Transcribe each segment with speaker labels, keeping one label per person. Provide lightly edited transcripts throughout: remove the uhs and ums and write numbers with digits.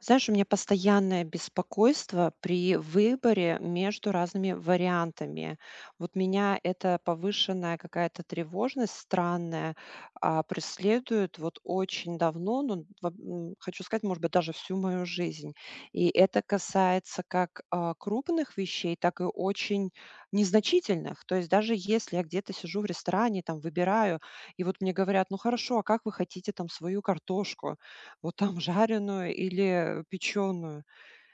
Speaker 1: Знаешь, у меня постоянное беспокойство при выборе между разными вариантами. Вот меня эта повышенная какая-то тревожность странная преследует вот очень давно, ну, хочу сказать, может быть, даже всю мою жизнь. И это касается как крупных вещей, так и очень незначительных. То есть даже если я где-то сижу в ресторане, там выбираю, и вот мне говорят, ну хорошо, а как вы хотите там свою картошку? Вот там жареную или печеную.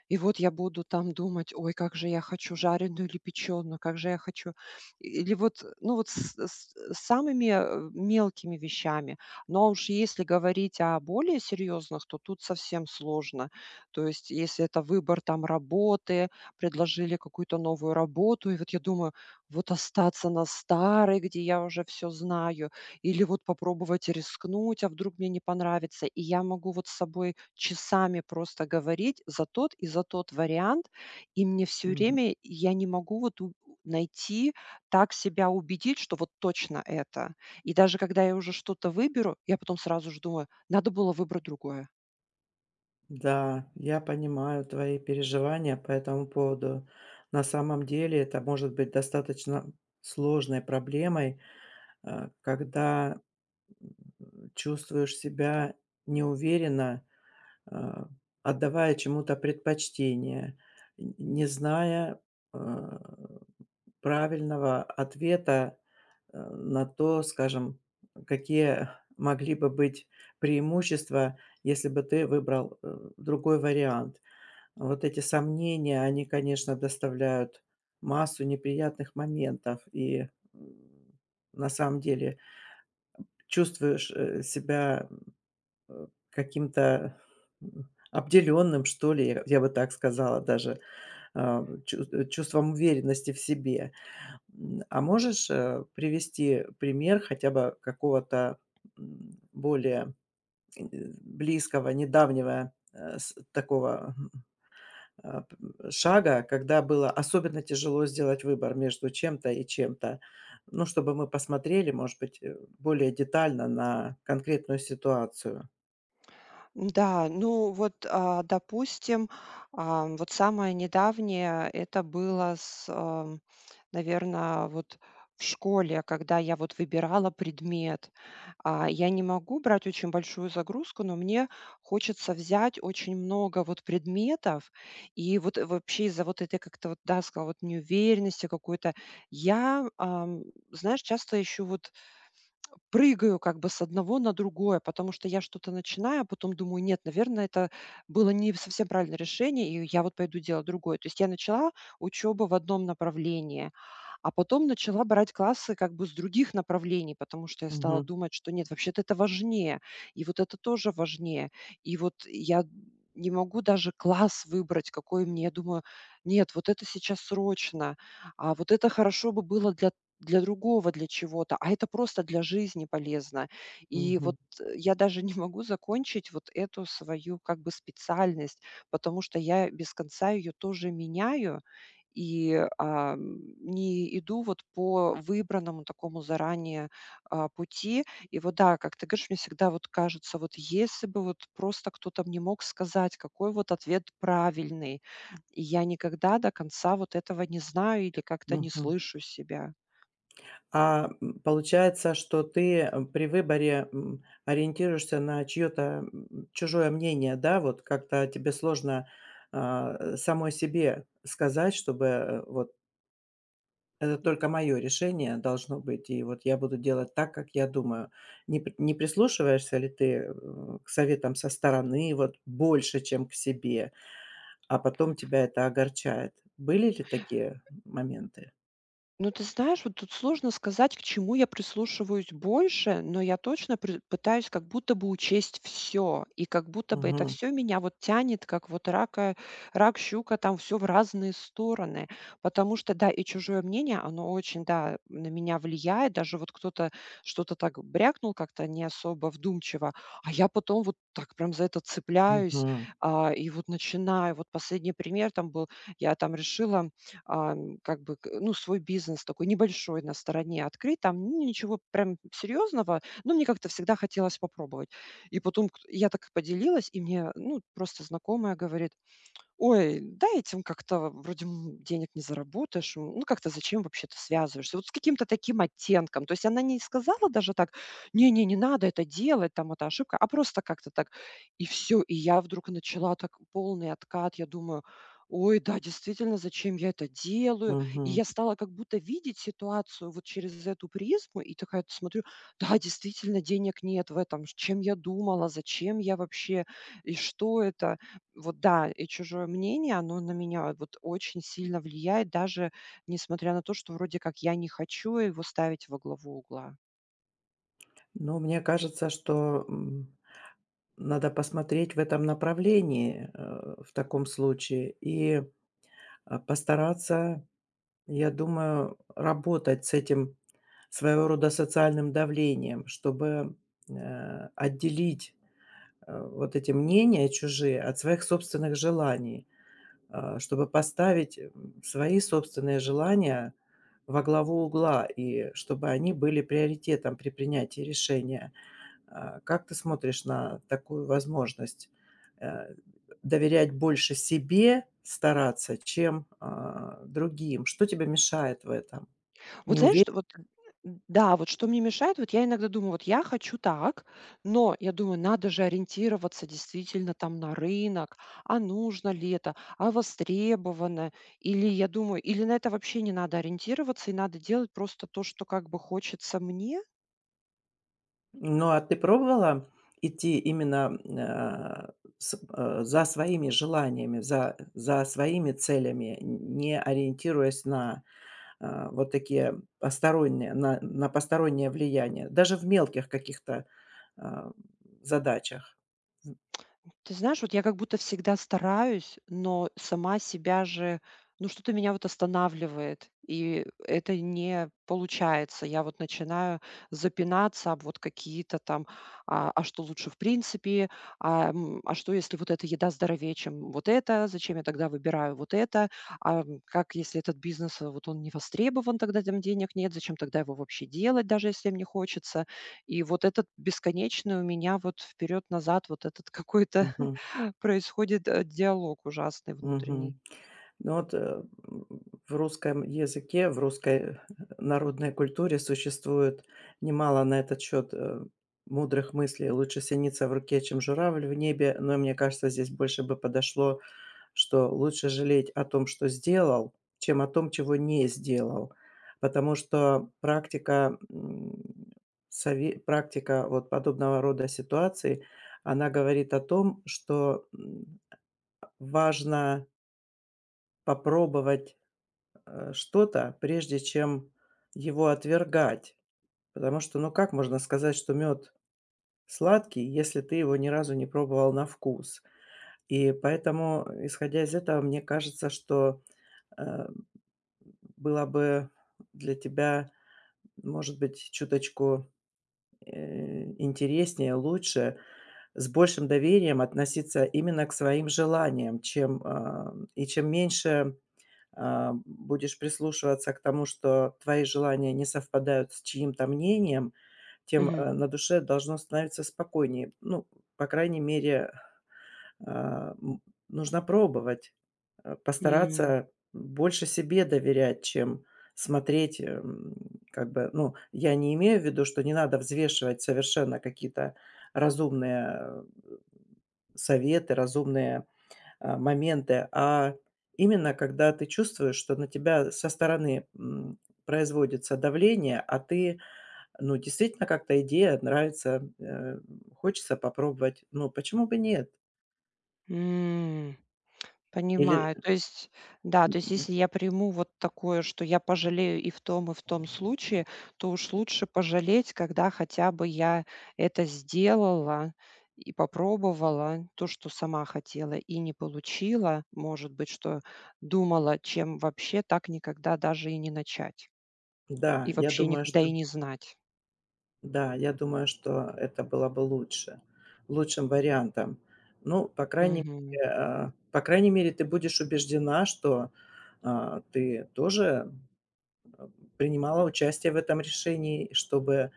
Speaker 1: И вот я буду там думать: "Ой, как же я хочу жареную или печеную, как же я хочу". Или вот, ну, вот с самыми, мелкими вещами. Но уж если говорить о более серьезных, то тут совсем сложно. То есть если это выбор там работы, предложили какую-то новую работу, и вот я думаю: "Вот остаться на старой, где я уже все знаю". Или вот попробовать рискнуть, а вдруг мне не понравится. И я могу вот с собой часами просто говорить за тот и за тот вариант, и мне все
Speaker 2: Мгм.
Speaker 1: время я не могу найти, так себя убедить, что вот точно это. И даже когда я уже что-то выберу, я потом сразу же думаю, надо было выбрать другое.
Speaker 2: Да, я понимаю твои переживания по этому поводу. На самом деле это может быть достаточно сложной проблемой, когда чувствуешь себя неуверенно, э, отдавая чему-то предпочтение, не зная э, правильного ответа на то, скажем, какие могли бы быть преимущества, если бы ты выбрал, другой вариант. Вот эти сомнения, они, конечно, доставляют массу неприятных моментов, и, на самом деле чувствуешь, себя, каким-то, обделенным, что ли, я бы так сказала даже, а, чувством уверенности в себе. А можешь, привести пример хотя бы какого-то, более, э, близкого, недавнего, с такого, м, шага, когда было особенно тяжело сделать выбор между чем-то и чем-то? Ну, чтобы мы посмотрели, может быть, более детально на конкретную ситуацию.
Speaker 1: Да, ну вот, допустим, вот самое недавнее это было вот в школе, когда я вот выбирала предмет. Я не могу брать очень большую загрузку, но мне хочется взять очень много вот предметов. И вот вообще из-за вот этой как-то вот, да, сказала, вот неуверенности какой-то, я, знаешь, часто ищу вот прыгаю как бы с одного на другое, потому что я что-то начинаю, а потом думаю: "Нет, наверное, это было не совсем правильное решение, и я вот пойду делать другое". То есть я начала учебу в одном направлении, а потом начала брать классы как бы с других направлений, потому что я стала
Speaker 2: Мгм,
Speaker 1: думать, что нет, вообще-то это важнее, и вот это тоже важнее. И вот я не могу даже класс выбрать, какой мне. Я думаю: "Нет, вот это сейчас срочно, а вот это хорошо бы было для другого, для чего-то, а это просто для жизни полезно. И вот,
Speaker 2: мгм,
Speaker 1: я даже не могу закончить вот эту свою как бы специальность, потому что я без конца её тоже меняю и, не иду вот по выбранному такому заранее, пути. И вот да, как ты говоришь, мне всегда вот кажется, вот если бы вот просто кто-то мне мог сказать, какой вот ответ правильный, и я никогда до конца вот этого не знаю или как-то не
Speaker 2: мгм.
Speaker 1: слышу себя.
Speaker 2: А, получается, что ты, при выборе, ориентируешься на чьё-то, чужое мнение, да? Вот как-то тебе сложно, а, самой себе сказать, чтобы, вот это только моё решение должно быть, и вот я буду делать так, как я думаю. Не прислушиваешься ли ты, к советам со стороны вот больше, чем к себе, а потом тебя это огорчает? Были ли такие моменты?
Speaker 1: Ну, ты знаешь, вот тут сложно сказать, к чему я прислушиваюсь больше, но я точно пытаюсь как будто бы учесть все, и как будто бы это
Speaker 2: Угу,
Speaker 1: все меня вот тянет, как вот рака, рак, щука, там все в разные стороны, потому что, да, и чужое мнение, оно очень, да, на меня влияет, даже вот кто-то что-то так брякнул как-то не особо вдумчиво, а я потом вот так прям за это цепляюсь,
Speaker 2: угу,
Speaker 1: и вот начинаю, вот последний пример там был, я там решила, как бы, свой бизнес такой небольшой на стороне открыть, там ни ничего прям серьезного, но мне как-то всегда хотелось попробовать. И потом кт я так поделилась, и мне, ну, просто знакомая говорит: "Ой, да, этим как-то вроде, денег не заработаешь, ну, как-то зачем вообще ты связываешься?" Вот с каким-то таким оттенком. То есть она не сказала даже так: не надо это делать, там это ошибка", а просто как-то так. И все. И я вдруг начала так полный откат. Я думаю: "Ой, да, действительно, зачем я это делаю?" И
Speaker 2: мгм.
Speaker 1: я стала как будто видеть ситуацию вот через эту призму и такая смотрю: "Да, действительно, денег нет в этом. Чем я думала? Зачем я вообще? И что это?" Вот да, и чужое мнение, оно на меня вот очень сильно влияет, даже несмотря на то, что вроде как я не хочу его ставить во главу угла.
Speaker 2: Ну, мне кажется, что, надо посмотреть в этом направлении, в таком случае и, а, постараться, я думаю, работать с этим своего рода социальным давлением, чтобы, отделить, вот эти мнения чужие от своих собственных желаний, а, чтобы поставить, свои собственные желания во главу угла и чтобы они были приоритетом при принятии решения. А, как ты смотришь на такую возможность, э, доверять больше себе, стараться, чем, а, другим? Что тебе мешает в этом?
Speaker 1: Вот
Speaker 2: Не
Speaker 1: знаешь,
Speaker 2: уверен.
Speaker 1: что вот да, вот что мне мешает, вот я иногда думаю, вот я хочу так, но я думаю, надо же ориентироваться действительно там на рынок, а нужно ли это, а востребовано, или я думаю, или на это вообще не надо ориентироваться, и надо делать просто то, что как бы хочется мне.
Speaker 2: Ну, а ты пробовала идти именно, а, за своими желаниями, за своими целями, не ориентируясь на, а, вот такие посторонние на постороннее влияние, даже в мелких каких-то, а, задачах?
Speaker 1: Ты знаешь, вот я как будто всегда стараюсь, но сама себя же, ну что-то меня вот останавливает, и это не получается. Я вот начинаю запинаться об вот какие-то там, а что лучше в принципе, а что если вот эта еда здоровее, чем вот это, зачем я тогда выбираю вот это, как если этот бизнес, вот он не востребован, тогда там денег нет, зачем тогда его вообще делать, даже если мне хочется. И вот этот бесконечный у меня вот вперед-назад вот этот какой-то происходит, диалог ужасный внутренний.
Speaker 2: Мгм. Ну вот, м, в русском языке, в русской народной культуре существует немало на этот счет, мудрых мыслей: "Лучше синица в руке, чем журавль в небе". Но мне кажется, здесь больше бы подошло, что лучше жалеть о том, что сделал, чем о том, чего не сделал. Потому что практика, м, сове практика вот подобного рода ситуаций, она говорит о том, что, важно попробовать, что-то, прежде чем его отвергать. Потому что, ну, как можно сказать, что мед сладкий, если ты его ни разу не пробовал на вкус? И поэтому, исходя из этого, мне кажется, что, э, было бы для тебя, может быть, чуточку, интереснее, лучше, с большим доверием относиться именно к своим желаниям, чем, а, и чем меньше а, будешь прислушиваться к тому, что твои желания не совпадают с чьим-то мнением, тем,
Speaker 1: Мгм.
Speaker 2: на душе должно становиться спокойнее. Ну, по крайней мере, а, нужно пробовать,
Speaker 1: М.
Speaker 2: постараться больше себе доверять, чем смотреть, как бы, ну, я не имею в виду, что не надо взвешивать совершенно какие-то разумные, советы, разумные а, моменты, а именно когда ты чувствуешь, что на тебя со стороны, производится давление, а ты, ну, действительно как-то идея нравится, хочется попробовать. Ну, почему бы нет?
Speaker 1: М.
Speaker 2: Или
Speaker 1: Понимаю. То есть, да, то есть
Speaker 2: м,
Speaker 1: если я приму вот такое, что я пожалею и в том случае, то уж лучше пожалеть, когда хотя бы я это сделала и попробовала то, что сама хотела и не получила, может быть, что думала, чем вообще так никогда даже и не начать,
Speaker 2: да,
Speaker 1: и
Speaker 2: я
Speaker 1: вообще
Speaker 2: думаю,
Speaker 1: никогда и
Speaker 2: что
Speaker 1: не знать.
Speaker 2: да, я думаю, что это было бы лучше, лучшим вариантом. Ну, по крайней
Speaker 1: Мгм.
Speaker 2: мере, а, по крайней мере, ты будешь убеждена, что, а, ты тоже э, принимала участие в этом решении, чтобы,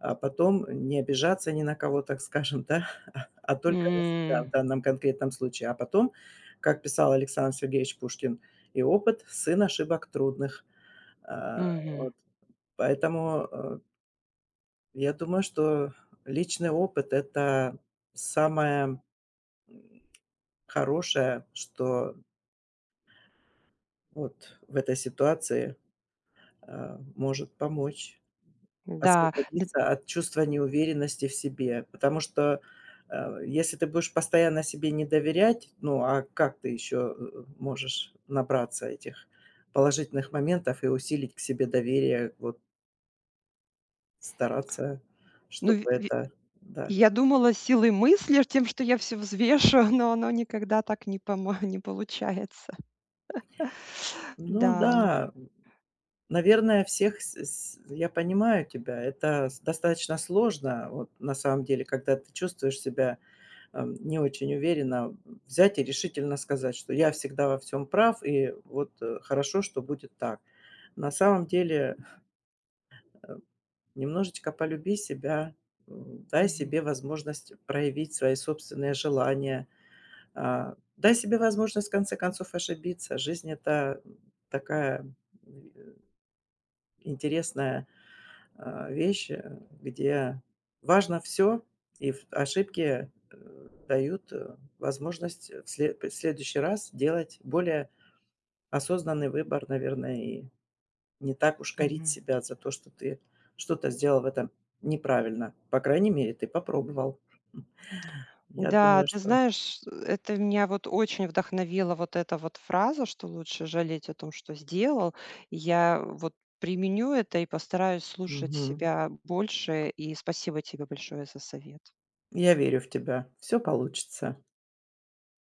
Speaker 2: а, потом не обижаться ни на кого, так скажем, да, а только на себя
Speaker 1: М.
Speaker 2: в данном конкретном случае. А потом, как писал Александр Сергеевич Пушкин: "И опыт- сын ошибок трудных". А,
Speaker 1: Мгм.
Speaker 2: вот поэтому, я думаю, что личный опыт- это самое, хорошее, что вот в этой ситуации, а, может помочь.
Speaker 1: Да, д
Speaker 2: Освободиться от чувства неуверенности в себе. Потому что, если ты будешь постоянно себе не доверять, ну, а как ты еще, можешь набраться этих положительных моментов и усилить к себе доверие, вот стараться,
Speaker 1: ну, в
Speaker 2: чтобы
Speaker 1: в
Speaker 2: это да.
Speaker 1: я думала силой мысли, тем, что я все взвешу, но оно никогда так не помо не получается.
Speaker 2: Ну
Speaker 1: Да.
Speaker 2: да, наверное, всех с я понимаю тебя, это с достаточно сложно, вот на самом деле, когда ты чувствуешь себя не очень уверенно взять и решительно сказать, что я всегда во всем прав, и вот, хорошо, что будет так. На самом деле, э, немножечко полюби себя, дай
Speaker 1: Мгм.
Speaker 2: себе возможность проявить свои собственные желания, а, дай себе возможность, в конце концов, ошибиться. Жизнь- это, такая, э, интересная а, вещи, где важно все и в ошибки, дают, возможность, в следующий раз делать более осознанный выбор, наверное, и не так уж корить
Speaker 1: Мгм.
Speaker 2: себя за то, что ты что-то сделал в этом неправильно. По крайней мере, ты попробовал. Я
Speaker 1: Да,
Speaker 2: думаю,
Speaker 1: ты
Speaker 2: что
Speaker 1: знаешь, это меня вот очень вдохновила вот эта вот фраза, что лучше жалеть о том, что сделал. Я вот применю это и постараюсь слушать
Speaker 2: Мгм.
Speaker 1: себя больше. И спасибо тебе большое за совет.
Speaker 2: Я верю в тебя. Все получится.